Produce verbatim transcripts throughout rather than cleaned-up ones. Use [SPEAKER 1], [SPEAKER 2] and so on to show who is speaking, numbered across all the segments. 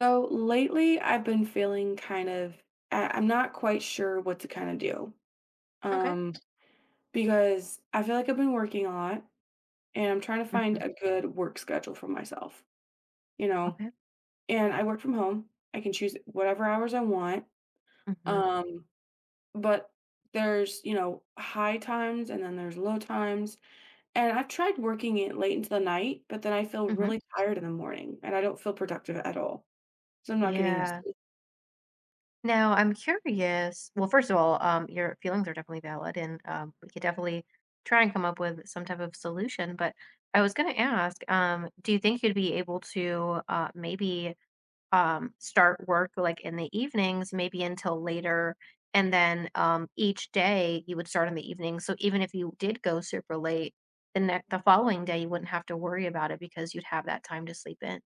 [SPEAKER 1] So lately, I've been feeling kind of, I- I'm not quite sure what to kind of do.
[SPEAKER 2] Okay.
[SPEAKER 1] Um, because I feel like I've been working a lot and I'm trying to find
[SPEAKER 2] Hmm.
[SPEAKER 1] a good work schedule for myself, you know,
[SPEAKER 2] Okay.
[SPEAKER 1] and I work from home. I can choose whatever hours I want.
[SPEAKER 2] Hmm.
[SPEAKER 1] Um, but there's, you know, high times and then there's low times. And I've tried working it late into the night, but then I feel
[SPEAKER 2] Hmm.
[SPEAKER 1] really tired in the morning and I don't feel productive at all. So I'm not getting enough.
[SPEAKER 2] Yeah. Now I'm curious. Well, first of all, um, your feelings are definitely valid, and um, we could definitely try and come up with some type of solution. But I was going to ask, um, do you think you'd be able to uh, maybe um, start work like in the evenings, maybe until later, and then um, each day you would start in the evening. So even if you did go super late, the next the following day you wouldn't have to worry about it because you'd have that time to sleep in.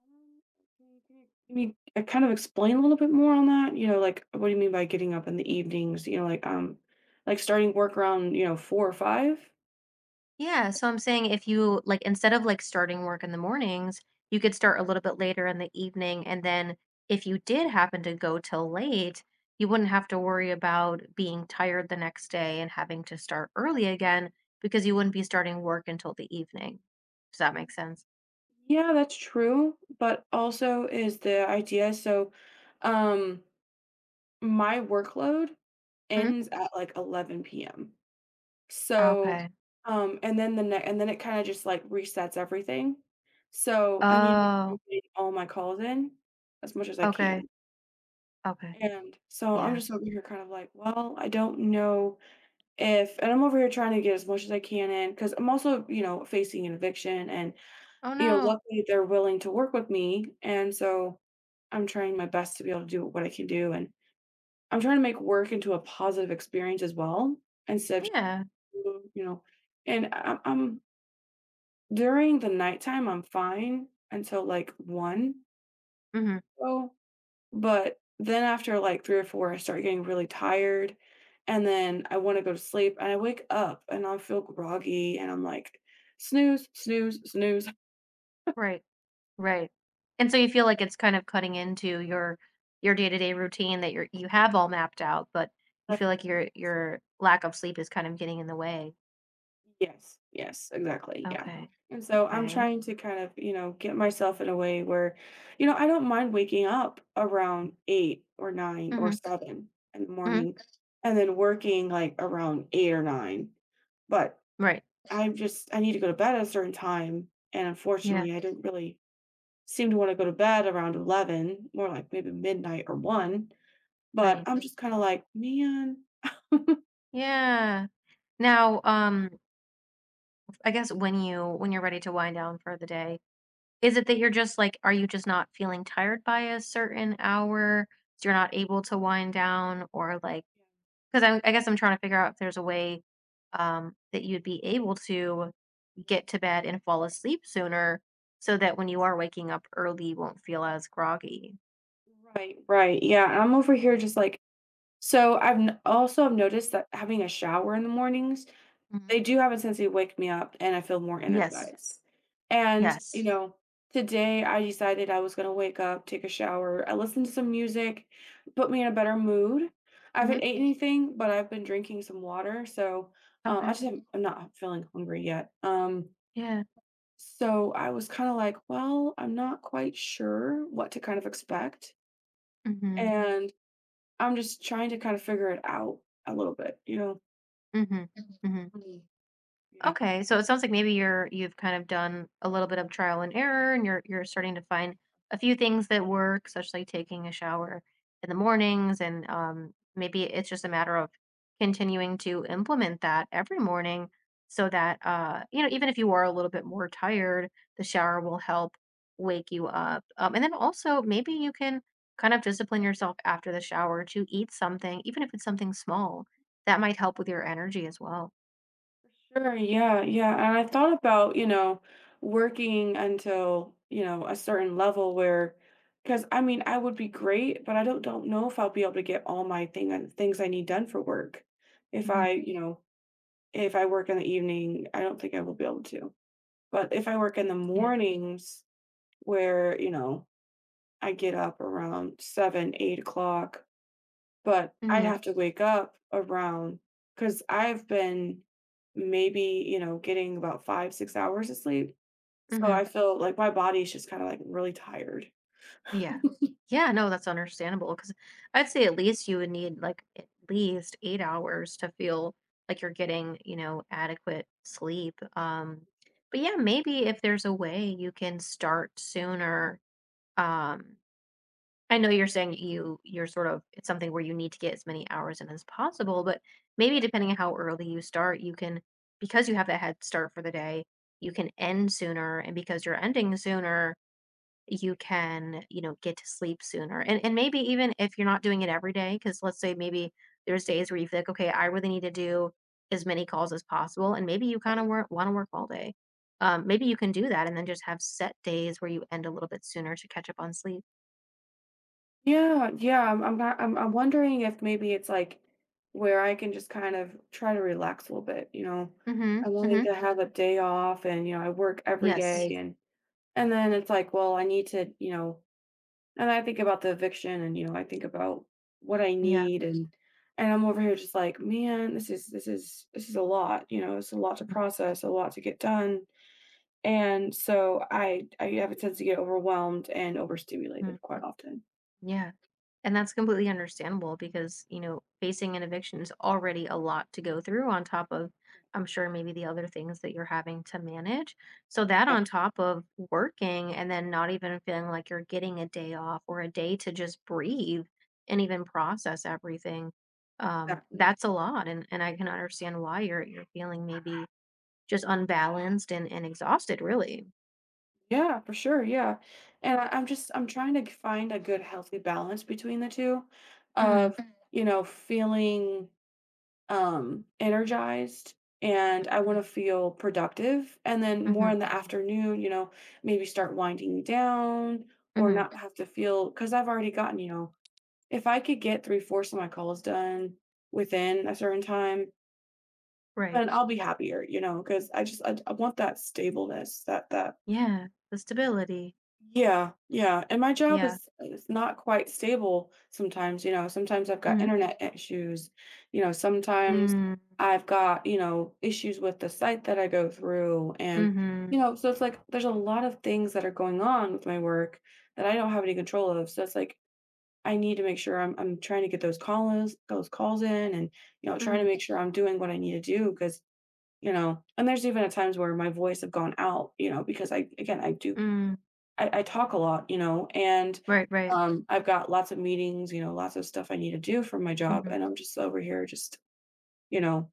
[SPEAKER 1] Um, okay, can you can you, uh, kind of explain a little bit more on that? You know, like what do you mean by getting up in the evenings? You know, like um, like starting work around, you know, four or five?
[SPEAKER 2] Yeah, so I'm saying if you like instead of like starting work in the mornings, you could start a little bit later in the evening and then if you did happen to go till late, you wouldn't have to worry about being tired the next day and having to start early again because you wouldn't be starting work until the evening. Does that make sense?
[SPEAKER 1] Yeah, that's true. But also is the idea, so, um my workload
[SPEAKER 2] Hmm.
[SPEAKER 1] ends at like eleven p m. So,
[SPEAKER 2] Okay.
[SPEAKER 1] um and then the ne- and then it kind of just like resets everything. So I need to
[SPEAKER 2] Oh,
[SPEAKER 1] get all my calls in as much as I
[SPEAKER 2] okay.
[SPEAKER 1] can.
[SPEAKER 2] Okay.
[SPEAKER 1] And so I'm
[SPEAKER 2] Yeah.
[SPEAKER 1] just over here kind of like, well, I don't know if, and I'm over here trying to get as much as I can in because I'm also, you know, facing an eviction and,
[SPEAKER 2] Oh
[SPEAKER 1] you know,
[SPEAKER 2] no.
[SPEAKER 1] luckily they're willing to work with me. And so I'm trying my best to be able to do what I can do. And I'm trying to make work into a positive experience as well instead of, just,
[SPEAKER 2] Yeah.
[SPEAKER 1] you know, and I'm, I'm during the nighttime, I'm fine until like one.
[SPEAKER 2] Hmm.
[SPEAKER 1] so But then after, like, three or four, I start getting really tired, and then I wanna go to sleep, and I wake up, and I feel groggy, and I'm like, "Snooze, snooze, snooze."
[SPEAKER 2] Right. Right. And so you feel like it's kind of cutting into your your day-to-day routine that you're you have all mapped out, but you feel like your your lack of sleep is kind of getting in the way.
[SPEAKER 1] Yes, yes, exactly, yeah.
[SPEAKER 2] Okay.
[SPEAKER 1] And so I'm
[SPEAKER 2] Okay.
[SPEAKER 1] trying to kind of, you know, get myself in a way where, you know, I don't mind waking up around eight or nine or
[SPEAKER 2] Mhm.
[SPEAKER 1] seven in the
[SPEAKER 2] Mhm.
[SPEAKER 1] morning and then working, like, around eight or nine, but
[SPEAKER 2] Right.
[SPEAKER 1] I'm just I need to go to bed at a certain time, and
[SPEAKER 2] Yeah,
[SPEAKER 1] unfortunately, I didn't really seem to wanna go to bed around eleven, more like maybe midnight or one, but
[SPEAKER 2] right.
[SPEAKER 1] I'm just kinda like, "Man."
[SPEAKER 2] Yeah. Now, um I guess when you when you're ready to wind down for the day, is it that you're just like are you just not feeling tired by a certain hour? So you're not able to wind down or like. Because I'm, I guess I'm trying to figure out if there's a way um, that you'd be able to get to bed and fall asleep sooner, so that when you are waking up early, you won't feel as groggy.
[SPEAKER 1] Right, right, yeah, and I'm over here just like, so I've n also have noticed that having a shower in the mornings. They
[SPEAKER 2] Hmm.
[SPEAKER 1] do have a tendency to wake me up, and I feel more
[SPEAKER 2] Yes.
[SPEAKER 1] energized. And, you
[SPEAKER 2] Yes.
[SPEAKER 1] know, today I decided I was gonna wake up, take a shower, I listened to some music, put me in a better mood. I haven't
[SPEAKER 2] Hmm.
[SPEAKER 1] ate anything, but I've been drinking some water, so, uh, I
[SPEAKER 2] Okay.
[SPEAKER 1] just have I'm not feeling hungry yet. Um,
[SPEAKER 2] Yeah.
[SPEAKER 1] so I was kinda like, "Well, I'm not quite sure what to kind of expect,"
[SPEAKER 2] Hmm.
[SPEAKER 1] and I'm just trying to kind of figure it out a little bit, you know?
[SPEAKER 2] Hmm. Hmm.
[SPEAKER 1] Mm. Yeah.
[SPEAKER 2] Okay, so it sounds like maybe you're you've kind of done a little bit of trial and error, and you're you're starting to find a few things that work, such like taking a shower in the mornings, and um, maybe it's just a matter of continuing to implement that every morning, so that uh, you know, even if you are a little bit more tired, the shower will help wake you up. Um, and then also maybe you can kind of discipline yourself after the shower to eat something, even if it's something small, that might help with your energy as well.
[SPEAKER 1] Sure, yeah, yeah. And I thought about, you know, working until, you know, a certain level where, because I mean, I would be great, but I don't don't know if I'll be able to get all my thing and things I need done for work. If I,
[SPEAKER 2] Mhm.
[SPEAKER 1] you know, if I work in the evening, I don't think I will be able to. But if I work in the
[SPEAKER 2] Yeah.
[SPEAKER 1] mornings where, you know, I get up around seven, eight o'clock, but I'd
[SPEAKER 2] Mhm,
[SPEAKER 1] have to wake up around because 'cause I've been maybe, you know, getting about five, six hours of sleep, so
[SPEAKER 2] mhm,
[SPEAKER 1] I feel like my body's just kinda, like, really tired.
[SPEAKER 2] yeah. Yeah, no, that's understandable. Because 'cause I'd say at least you would need, like, at least eight hours to feel like you're getting, you know, adequate sleep, um, but yeah, maybe if there's a way you can start sooner, um, I know you're saying you you're sort of it's something where you need to get as many hours in as possible, but maybe depending on how early you start, you can because you have that head start for the day, you can end sooner, and because you're ending sooner you can, you know, get to sleep sooner. And and maybe even if you're not doing it every day, because let's say maybe there's days where you feel like, okay, I really need to do as many calls as possible, and maybe you kind of work want to work all day. Um, maybe you can do that, and then just have set days where you end a little bit sooner to catch up on sleep.
[SPEAKER 1] Yeah, yeah. I'm I'm not, I'm I'm wondering if maybe it's like where I can just kind of try to relax a little bit, you know.
[SPEAKER 2] Mm-hmm.
[SPEAKER 1] I'm wanting
[SPEAKER 2] Mm-hmm.
[SPEAKER 1] to have a day off and you know, I work every
[SPEAKER 2] Yes.
[SPEAKER 1] day, right, and and then it's like, well, I need to, you know, and I think about the eviction and you know, I think about what I
[SPEAKER 2] Yeah.
[SPEAKER 1] need and and I'm over here just like, man, this is this is this is a lot, you know, it's a lot to
[SPEAKER 2] Mm-hmm.
[SPEAKER 1] process, a lot to get done. And so I I have a tendency to get overwhelmed and
[SPEAKER 2] Mm-hmm.
[SPEAKER 1] overstimulated quite often.
[SPEAKER 2] Yeah. And that's completely understandable because, you know, facing an eviction is already a lot to go through on top of, I'm sure, maybe the other things that you're having to manage. So, that
[SPEAKER 1] Yeah,
[SPEAKER 2] on top of working and then not even feeling like you're getting a day off or a day to just breathe and even process everything, um,
[SPEAKER 1] exactly.
[SPEAKER 2] that's a lot. And, and I can understand why you're, you're feeling maybe just unbalanced and, and exhausted, really.
[SPEAKER 1] Yeah, for sure. Yeah. And I, I'm just I'm trying to find a good healthy balance between the two
[SPEAKER 2] Hmm.
[SPEAKER 1] of, Mm, you know, feeling um energized and I want to feel productive and then
[SPEAKER 2] Hmm.
[SPEAKER 1] more in the afternoon, you know, maybe start winding down or
[SPEAKER 2] Hmm.
[SPEAKER 1] not have to feel cuz I've already gotten, you know, if I could get three-fourths of my calls done within a certain time,
[SPEAKER 2] Right.
[SPEAKER 1] then I'll be happier, you know, because I just I, I want that stableness, that that
[SPEAKER 2] Yeah. The stability.
[SPEAKER 1] Yeah, yeah, and my job
[SPEAKER 2] Yeah.
[SPEAKER 1] is is not quite stable sometimes, you know, sometimes I've got
[SPEAKER 2] Hmm.
[SPEAKER 1] internet issues, you know, sometimes
[SPEAKER 2] Mm,
[SPEAKER 1] I've got, you know, issues with the site that I go through and,
[SPEAKER 2] mhm,
[SPEAKER 1] you know, so it's like there's a lot of things that are going on with my work that I don't have any control of. So it's like I need to make sure I'm I'm trying to get those calls those calls in and, you know, trying to
[SPEAKER 2] mhm,
[SPEAKER 1] make sure I'm doing what I need to do because, you know, and there's even at times where my voice have gone out, you know, because I again I do
[SPEAKER 2] mm,
[SPEAKER 1] I, I talk a lot, you know, and
[SPEAKER 2] right, right,
[SPEAKER 1] um, I've got lots of meetings, you know, lots of stuff I need to do for my job,
[SPEAKER 2] mhm,
[SPEAKER 1] and I'm just over here, just you know,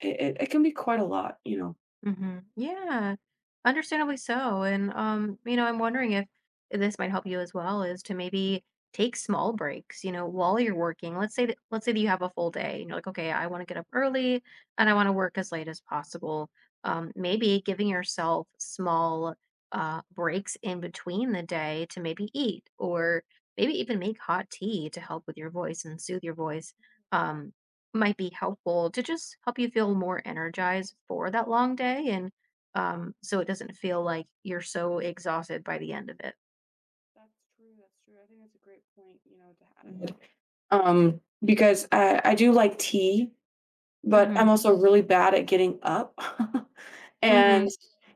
[SPEAKER 1] it, it, it can be quite a lot, you know.
[SPEAKER 2] mhm, yeah, understandably so, and, um, you know, I'm wondering if this might help you as well, is to maybe take small breaks, you know, while you're working, let's say that let's say that you have a full day, and you're like, "Okay, I wanna get up early, and I wanna work as late as possible," um, maybe giving yourself small, uh, breaks in between the day to maybe eat, or maybe even make hot tea to help with your voice and soothe your voice, um might be helpful to just help you feel more energized for that long day and um so it doesn't feel like you're so exhausted by the end of it.
[SPEAKER 1] That's true. That's true. I think that's a great point, you know, to have. Mhm. Um, because I, I do like tea but I'm
[SPEAKER 2] Mhm.
[SPEAKER 1] also really bad at getting up and
[SPEAKER 2] Mhm.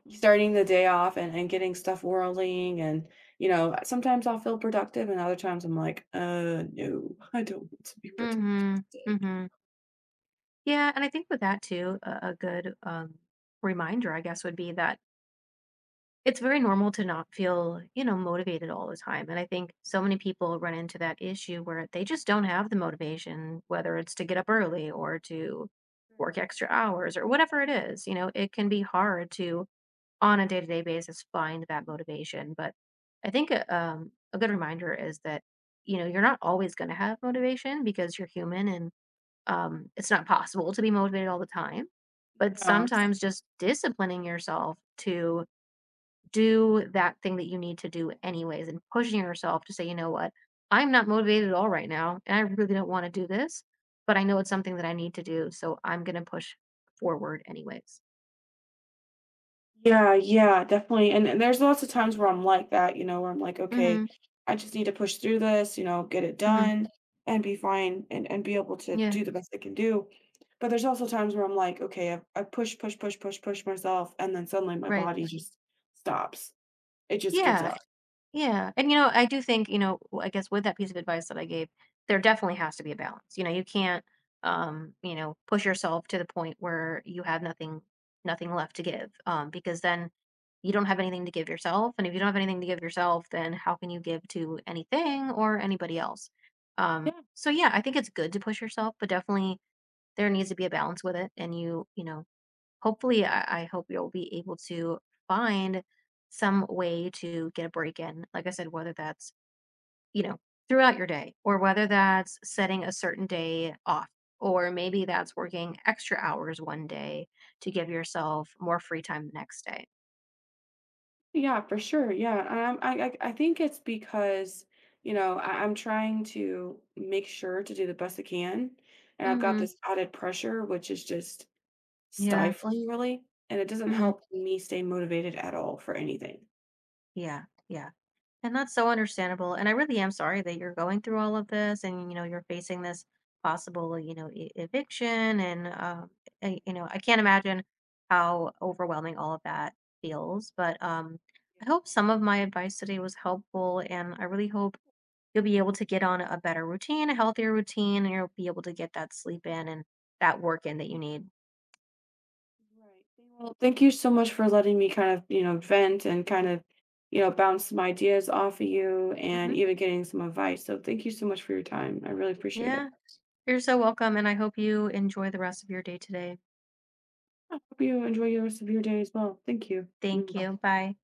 [SPEAKER 1] starting the day off and, and getting stuff whirling. And, you know, sometimes I'll feel productive and other times I'm like, uh, no, I don't want to be productive
[SPEAKER 2] Mhm.
[SPEAKER 1] today.
[SPEAKER 2] Mhm. Yeah, and I think with that too a, a good um reminder I guess would be that it's very normal to not feel, you know, motivated all the time. And I think so many people run into that issue where they just don't have the motivation whether it's to get up early or to work extra hours or whatever it is, you know, it can be hard to on a day-to-day basis find that motivation but I think a, um, a good reminder is that you know you're not always going to have motivation because you're human and um, it's not possible to be motivated all the time but
[SPEAKER 1] No.
[SPEAKER 2] sometimes just disciplining yourself to do that thing that you need to do anyways and pushing yourself to say you know what I'm not motivated at all right now and I really don't want to do this but I know it's something that I need to do so I'm going to push forward anyways.
[SPEAKER 1] Yeah, yeah, definitely, and and there's lots of times where I'm like that, you know, where I'm like,
[SPEAKER 2] Mm-hmm,
[SPEAKER 1] "Okay, I just need to push through this, you know, get it
[SPEAKER 2] mm-hmm.
[SPEAKER 1] done and be fine and and be able to
[SPEAKER 2] Yeah.
[SPEAKER 1] do the best I can do." But there's also times where I'm like, "Okay, i I push, push, push, push, push myself," and then suddenly my
[SPEAKER 2] Right.
[SPEAKER 1] body just stops. It just gives
[SPEAKER 2] Yeah.
[SPEAKER 1] up.
[SPEAKER 2] Yeah, and, you know, I do think, you know, w I guess with that piece of advice that I gave, there definitely has to be a balance, you know, you can't, um, you know, push yourself to the point where you have nothing nothing left to give, um, because then you don't have anything to give yourself, and if you don't have anything to give yourself, then how can you give to anything or anybody else? Um,
[SPEAKER 1] Yeah,
[SPEAKER 2] so, yeah, I think it's good to push yourself, but definitely there needs to be a balance with it, and you you know, hopefully, I, I hope you'll be able to find some way to get a break in. Like I said, whether that's, you know, throughout your day or whether that's setting a certain day off. Or maybe that's working extra hours one day to give yourself more free time the next day.
[SPEAKER 1] yeah, for sure, yeah, um, I I I think it's because, you know, I I'm trying to make sure to do the best I can, and I've got
[SPEAKER 2] Mm-hmm.
[SPEAKER 1] this added pressure, which is just
[SPEAKER 2] Yeah.
[SPEAKER 1] stifling, really, and it doesn't
[SPEAKER 2] Mm-hmm.
[SPEAKER 1] help me stay motivated at all for anything.
[SPEAKER 2] Yeah. Yeah. And that's so understandable, and I really am sorry that you're going through all of this and, you know, you're facing this possible, you know, e eviction and, uh, I you know, I can't imagine how overwhelming all of that feels, but, um, I hope some of my advice today was helpful, and I really hope you'll be able to get on a better routine, a healthier routine, and you'll be able to get that sleep in and that work in that you need.
[SPEAKER 1] Yeah. Right. Well, thank you so much for letting me kind of, you know, vent and kind of, you know, bounce some ideas off of you and
[SPEAKER 2] Mhm.
[SPEAKER 1] even getting some advice. So thank you so much for your time. I really appreciate
[SPEAKER 2] Yeah.
[SPEAKER 1] it.
[SPEAKER 2] You're so welcome, and I hope you enjoy the rest of your day today.
[SPEAKER 1] Hope you enjoy the rest of your day as well. Thank you.
[SPEAKER 2] Thank
[SPEAKER 1] Mm,
[SPEAKER 2] you. Bye.